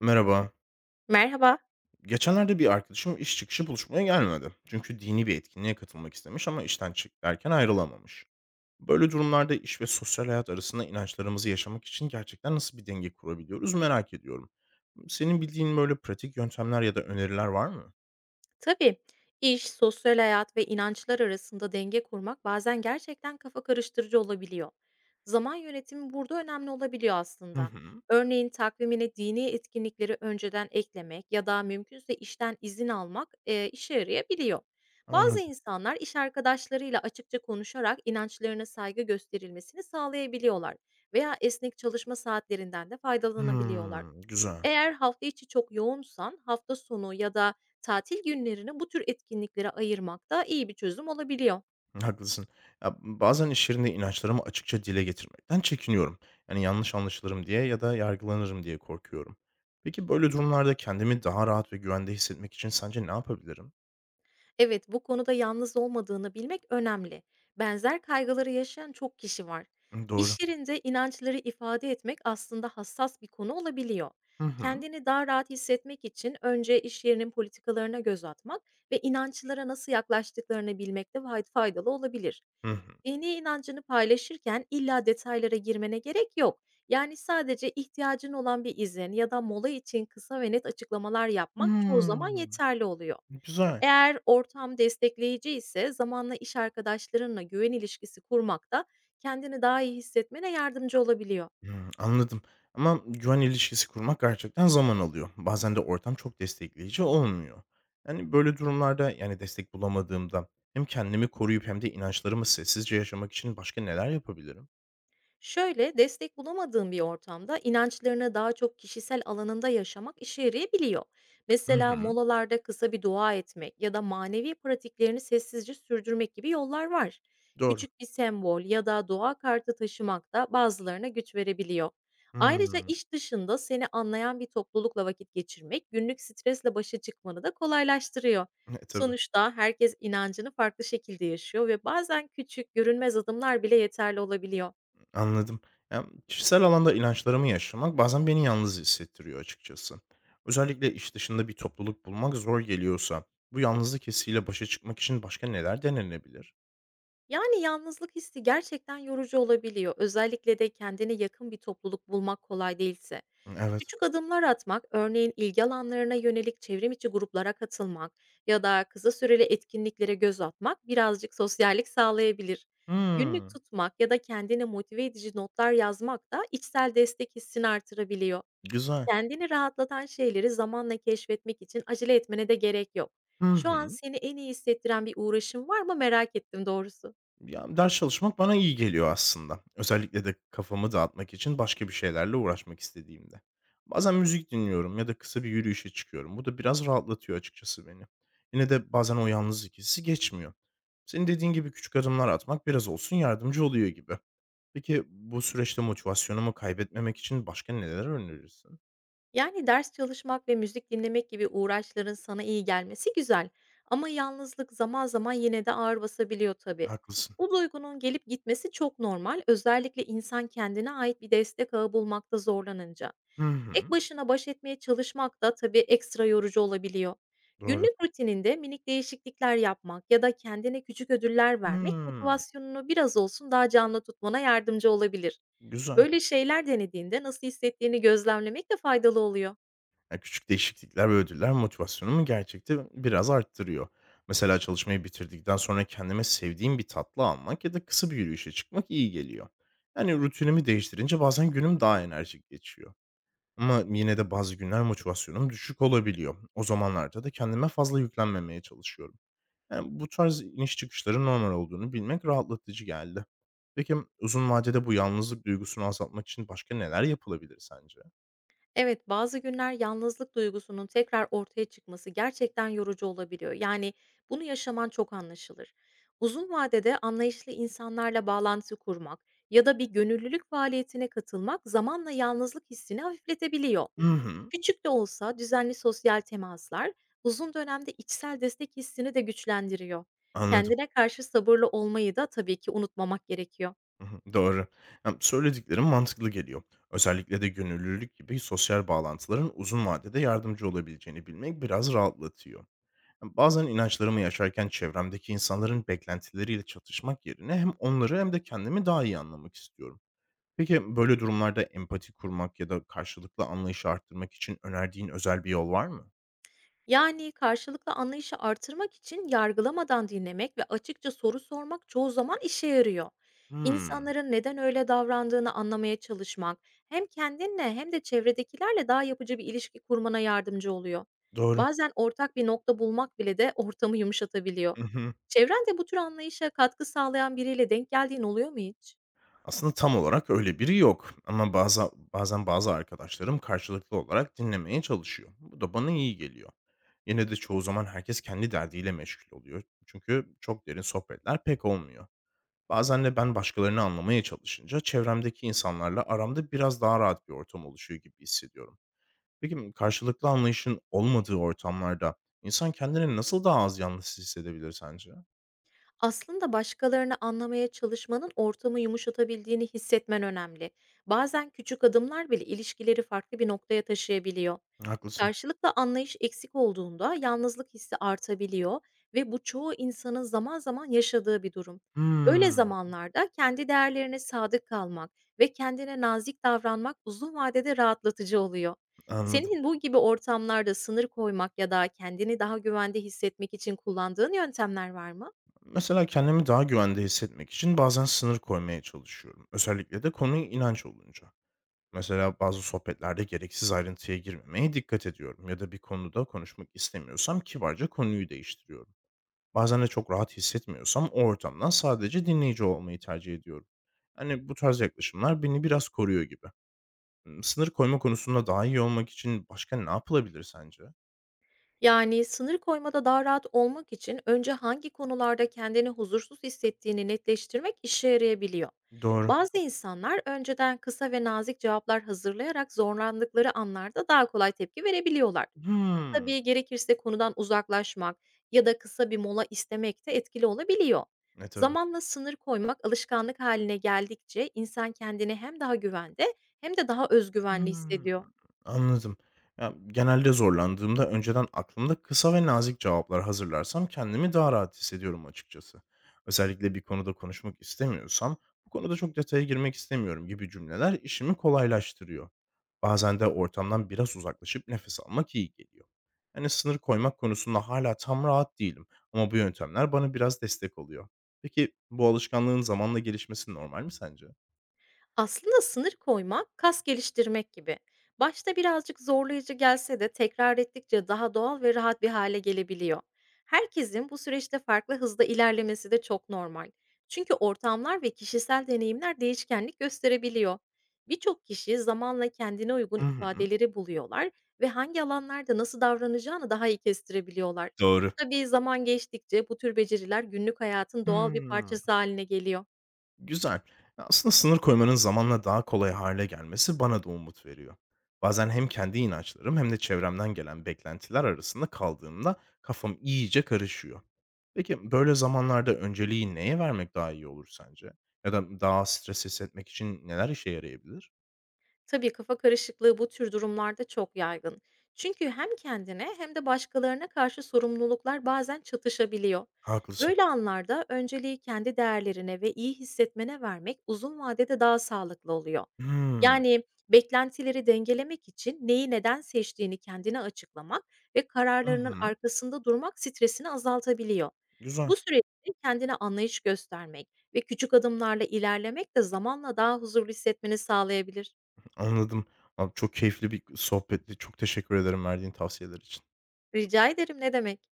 Merhaba. Merhaba. Geçenlerde bir arkadaşım iş çıkışı buluşmaya gelmedi. Çünkü dini bir etkinliğe katılmak istemiş ama işten çık derken ayrılamamış. Böyle durumlarda iş ve sosyal hayat arasında inançlarımızı yaşamak için gerçekten nasıl bir denge kurabiliyoruz merak ediyorum. Senin bildiğin böyle pratik yöntemler ya da öneriler var mı? Tabii, iş, sosyal hayat ve inançlar arasında denge kurmak bazen gerçekten kafa karıştırıcı olabiliyor. Zaman yönetimi burada önemli olabiliyor Hı aslında. hı. Örneğin takvimine dini etkinlikleri önceden eklemek ya da mümkünse işten izin almak işe yarayabiliyor. Bazı Anladım. insanlar iş arkadaşlarıyla açıkça konuşarak inançlarına saygı gösterilmesini sağlayabiliyorlar veya esnek çalışma saatlerinden de faydalanabiliyorlar. Hmm, güzel. Eğer hafta içi çok yoğunsan hafta sonu ya da tatil günlerini bu tür etkinliklere ayırmak da iyi bir çözüm olabiliyor. Haklısın. Ya, bazen iş yerinde inançlarımı açıkça dile getirmekten çekiniyorum. Yani yanlış anlaşılırım diye ya da yargılanırım diye korkuyorum. Peki böyle durumlarda kendimi daha rahat ve güvende hissetmek için sence ne yapabilirim? Evet, bu konuda yalnız olmadığını bilmek önemli. Benzer kaygıları yaşayan çok kişi var. Hı, doğru. İş yerinde inançları ifade etmek aslında hassas bir konu olabiliyor. Hı hı. Kendini daha rahat hissetmek için önce iş yerinin politikalarına göz atmak ve inançlara nasıl yaklaştıklarını bilmek de faydalı olabilir. Hı hı. Dini inancını paylaşırken illa detaylara girmene gerek yok. Yani sadece ihtiyacın olan bir izin ya da mola için kısa ve net açıklamalar yapmak çoğu zaman Hmm, yeterli oluyor. güzel. Eğer ortam destekleyici ise, zamanla iş arkadaşlarınla güven ilişkisi kurmak da kendini daha iyi hissetmene yardımcı olabiliyor. Hmm, anladım. Ama güven ilişkisi kurmak gerçekten zaman alıyor. Bazen de ortam çok destekleyici olmuyor. Yani böyle durumlarda yani destek bulamadığımda hem kendimi koruyup hem de inançlarımı sessizce yaşamak için başka neler yapabilirim? Şöyle, destek bulamadığın bir ortamda inançlarını daha çok kişisel alanında yaşamak işe yarayabiliyor. Hı Mesela hı. molalarda kısa bir dua etmek ya da manevi pratiklerini sessizce sürdürmek gibi yollar var. Doğru. Küçük bir sembol ya da dua kartı taşımak da bazılarına güç verebiliyor. Ayrıca Hımm. iş dışında seni anlayan bir toplulukla vakit geçirmek günlük stresle başa çıkmanı da kolaylaştırıyor. E, tabii. Sonuçta herkes inancını farklı şekilde yaşıyor ve bazen küçük, görünmez adımlar bile yeterli olabiliyor. Anladım. Ya, kişisel alanda inançlarımı yaşamak bazen beni yalnız hissettiriyor açıkçası. Özellikle iş dışında bir topluluk bulmak zor geliyorsa bu yalnızlık hissiyle başa çıkmak için başka neler denenebilir? Yani, yalnızlık hissi gerçekten yorucu olabiliyor. Özellikle de kendine yakın bir topluluk bulmak kolay değilse. Evet. Küçük adımlar atmak, örneğin ilgi alanlarına yönelik çevrim içi gruplara katılmak ya da kısa süreli etkinliklere göz atmak birazcık sosyallik sağlayabilir. Günlük Hımm. tutmak ya da kendine motive edici notlar yazmak da içsel destek hissini artırabiliyor. Güzel. Kendini rahatlatan şeyleri zamanla keşfetmek için acele etmene de gerek yok. Hı Şu an hı. seni en iyi hissettiren bir uğraşın var mı merak ettim doğrusu. Ya, ders çalışmak bana iyi geliyor aslında. Özellikle de kafamı dağıtmak için başka bir şeylerle uğraşmak istediğimde. Bazen müzik dinliyorum ya da kısa bir yürüyüşe çıkıyorum. Bu da biraz rahatlatıyor açıkçası beni. Yine de bazen o yalnızlık hissi geçmiyor. Senin dediğin gibi küçük adımlar atmak biraz olsun yardımcı oluyor gibi. Peki bu süreçte motivasyonumu kaybetmemek için başka neler önerirsin? Yani ders çalışmak ve müzik dinlemek gibi uğraşların sana iyi gelmesi güzel. Ama yalnızlık zaman zaman yine de ağır basabiliyor tabii. Haklısın. Bu duygunun gelip gitmesi çok normal, özellikle insan kendine ait bir destek ağı bulmakta zorlanınca. Hı Tek hı. başına baş etmeye çalışmak da tabii ekstra yorucu olabiliyor. Doğru. Günlük rutininde minik değişiklikler yapmak ya da kendine küçük ödüller vermek Hımm. motivasyonunu biraz olsun daha canlı tutmana yardımcı olabilir. Güzel. Böyle şeyler denediğinde nasıl hissettiğini gözlemlemek de faydalı oluyor. Ya, küçük değişiklikler ve ödüller motivasyonumu gerçekten biraz arttırıyor. Mesela çalışmayı bitirdikten sonra kendime sevdiğim bir tatlı almak ya da kısa bir yürüyüşe çıkmak iyi geliyor. Yani rutinimi değiştirince bazen günüm daha enerjik geçiyor. Ama yine de bazı günler motivasyonum düşük olabiliyor. O zamanlarda da kendime fazla yüklenmemeye çalışıyorum. Yani bu tarz iniş çıkışların normal olduğunu bilmek rahatlatıcı geldi. Peki uzun vadede bu yalnızlık duygusunu azaltmak için başka neler yapılabilir sence? Evet, bazı günler yalnızlık duygusunun tekrar ortaya çıkması gerçekten yorucu olabiliyor. Yani bunu yaşaman çok anlaşılır. Uzun vadede anlayışlı insanlarla bağlantı kurmak ya da bir gönüllülük faaliyetine katılmak zamanla yalnızlık hissini hafifletebiliyor. Hı hı. Küçük de olsa düzenli sosyal temaslar uzun dönemde içsel destek hissini de güçlendiriyor. Anladım. Kendine karşı sabırlı olmayı da tabii ki unutmamak gerekiyor. Hı hı, doğru. Hem söylediklerim mantıklı geliyor. Özellikle de gönüllülük gibi sosyal bağlantıların uzun vadede yardımcı olabileceğini bilmek biraz rahatlatıyor. Hem bazen inançlarımı yaşarken çevremdeki insanların beklentileriyle çatışmak yerine hem onları hem de kendimi daha iyi anlamak istiyorum. Peki böyle durumlarda empati kurmak ya da karşılıklı anlayışı arttırmak için önerdiğin özel bir yol var mı? Yani, karşılıklı anlayışı artırmak için yargılamadan dinlemek ve açıkça soru sormak çoğu zaman işe yarıyor. Hmm, İnsanların neden öyle davrandığını anlamaya çalışmak, hem kendinle hem de çevredekilerle daha yapıcı bir ilişki kurmana yardımcı oluyor. doğru. Bazen ortak bir nokta bulmak bile de ortamı yumuşatabiliyor. Çevrende bu tür anlayışa katkı sağlayan biriyle denk geldiğin oluyor mu hiç? Aslında tam olarak öyle biri yok ama bazen bazı arkadaşlarım karşılıklı olarak dinlemeye çalışıyor. Bu da bana iyi geliyor. Yine de çoğu zaman herkes kendi derdiyle meşgul oluyor. Çünkü çok derin sohbetler pek olmuyor. Bazen de ben başkalarını anlamaya çalışınca çevremdeki insanlarla aramda biraz daha rahat bir ortam oluşuyor gibi hissediyorum. Peki karşılıklı anlayışın olmadığı ortamlarda insan kendini nasıl daha az yalnız hissedebilir sence? Aslında başkalarını anlamaya çalışmanın ortamı yumuşatabildiğini hissetmen önemli. Bazen küçük adımlar bile ilişkileri farklı bir noktaya taşıyabiliyor. Haklısın. Karşılıklı anlayış eksik olduğunda yalnızlık hissi artabiliyor ve bu çoğu insanın zaman zaman yaşadığı bir durum. Böyle Hmm, zamanlarda kendi değerlerine sadık kalmak ve kendine nazik davranmak uzun vadede rahatlatıcı oluyor. anladım. Senin bu gibi ortamlarda sınır koymak ya da kendini daha güvende hissetmek için kullandığın yöntemler var mı? Mesela kendimi daha güvende hissetmek için bazen sınır koymaya çalışıyorum. Özellikle de konu inanç olunca. Mesela bazı sohbetlerde gereksiz ayrıntıya girmemeye dikkat ediyorum ya da bir konuda konuşmak istemiyorsam kibarca konuyu değiştiriyorum. Bazen de çok rahat hissetmiyorsam o ortamdan sadece dinleyici olmayı tercih ediyorum. Yani bu tarz yaklaşımlar beni biraz koruyor gibi. Hmm, sınır koyma konusunda daha iyi olmak için başka ne yapılabilir sence? Yani sınır koymada daha rahat olmak için önce hangi konularda kendini huzursuz hissettiğini netleştirmek işe yarayabiliyor. Doğru. Bazı insanlar önceden kısa ve nazik cevaplar hazırlayarak zorlandıkları anlarda daha kolay tepki verebiliyorlar. Hmm. Tabii gerekirse konudan uzaklaşmak ya da kısa bir mola istemek de etkili olabiliyor. E tabii. Zamanla sınır koymak alışkanlık haline geldikçe insan kendini hem daha güvende hem de daha özgüvenli Hımm. hissediyor. Anladım. Ya, genelde zorlandığımda önceden aklımda kısa ve nazik cevaplar hazırlarsam kendimi daha rahat hissediyorum açıkçası. Özellikle bir konuda konuşmak istemiyorsam, "Bu konuda çok detaya girmek istemiyorum." gibi cümleler işimi kolaylaştırıyor. Bazen de ortamdan biraz uzaklaşıp nefes almak iyi geliyor. Yani sınır koymak konusunda hala tam rahat değilim ama bu yöntemler bana biraz destek oluyor. Peki bu alışkanlığın zamanla gelişmesi normal mi sence? Aslında sınır koymak kas geliştirmek gibi. Başta birazcık zorlayıcı gelse de tekrar ettikçe daha doğal ve rahat bir hale gelebiliyor. Herkesin bu süreçte farklı hızda ilerlemesi de çok normal. Çünkü ortamlar ve kişisel deneyimler değişkenlik gösterebiliyor. Birçok kişi zamanla kendine uygun Hı hı. ifadeleri buluyorlar ve hangi alanlarda nasıl davranacağını daha iyi kestirebiliyorlar. Doğru. Tabii zaman geçtikçe bu tür beceriler günlük hayatın doğal bir Hıı. parçası haline geliyor. Güzel. Aslında sınır koymanın zamanla daha kolay hale gelmesi bana da umut veriyor. Bazen hem kendi inançlarım hem de çevremden gelen beklentiler arasında kaldığımda kafam iyice karışıyor. Peki böyle zamanlarda önceliği neye vermek daha iyi olur sence? Ya da daha az stres hissetmek için neler işe yarayabilir? Tabii kafa karışıklığı bu tür durumlarda çok yaygın. Çünkü hem kendine hem de başkalarına karşı sorumluluklar bazen çatışabiliyor. Haklısın. Böyle anlarda önceliği kendi değerlerine ve iyi hissetmene vermek uzun vadede daha sağlıklı oluyor. Hımm. Yani beklentileri dengelemek için neyi neden seçtiğini kendine açıklamak ve Hı kararlarının hı. arkasında durmak stresini azaltabiliyor. Güzel. Bu süreçte kendine anlayış göstermek ve küçük adımlarla ilerlemek de zamanla daha huzurlu hissetmeni sağlayabilir. Anladım. Abi, çok keyifli bir sohbetti. Çok teşekkür ederim verdiğin tavsiyeler için. Rica ederim, ne demek.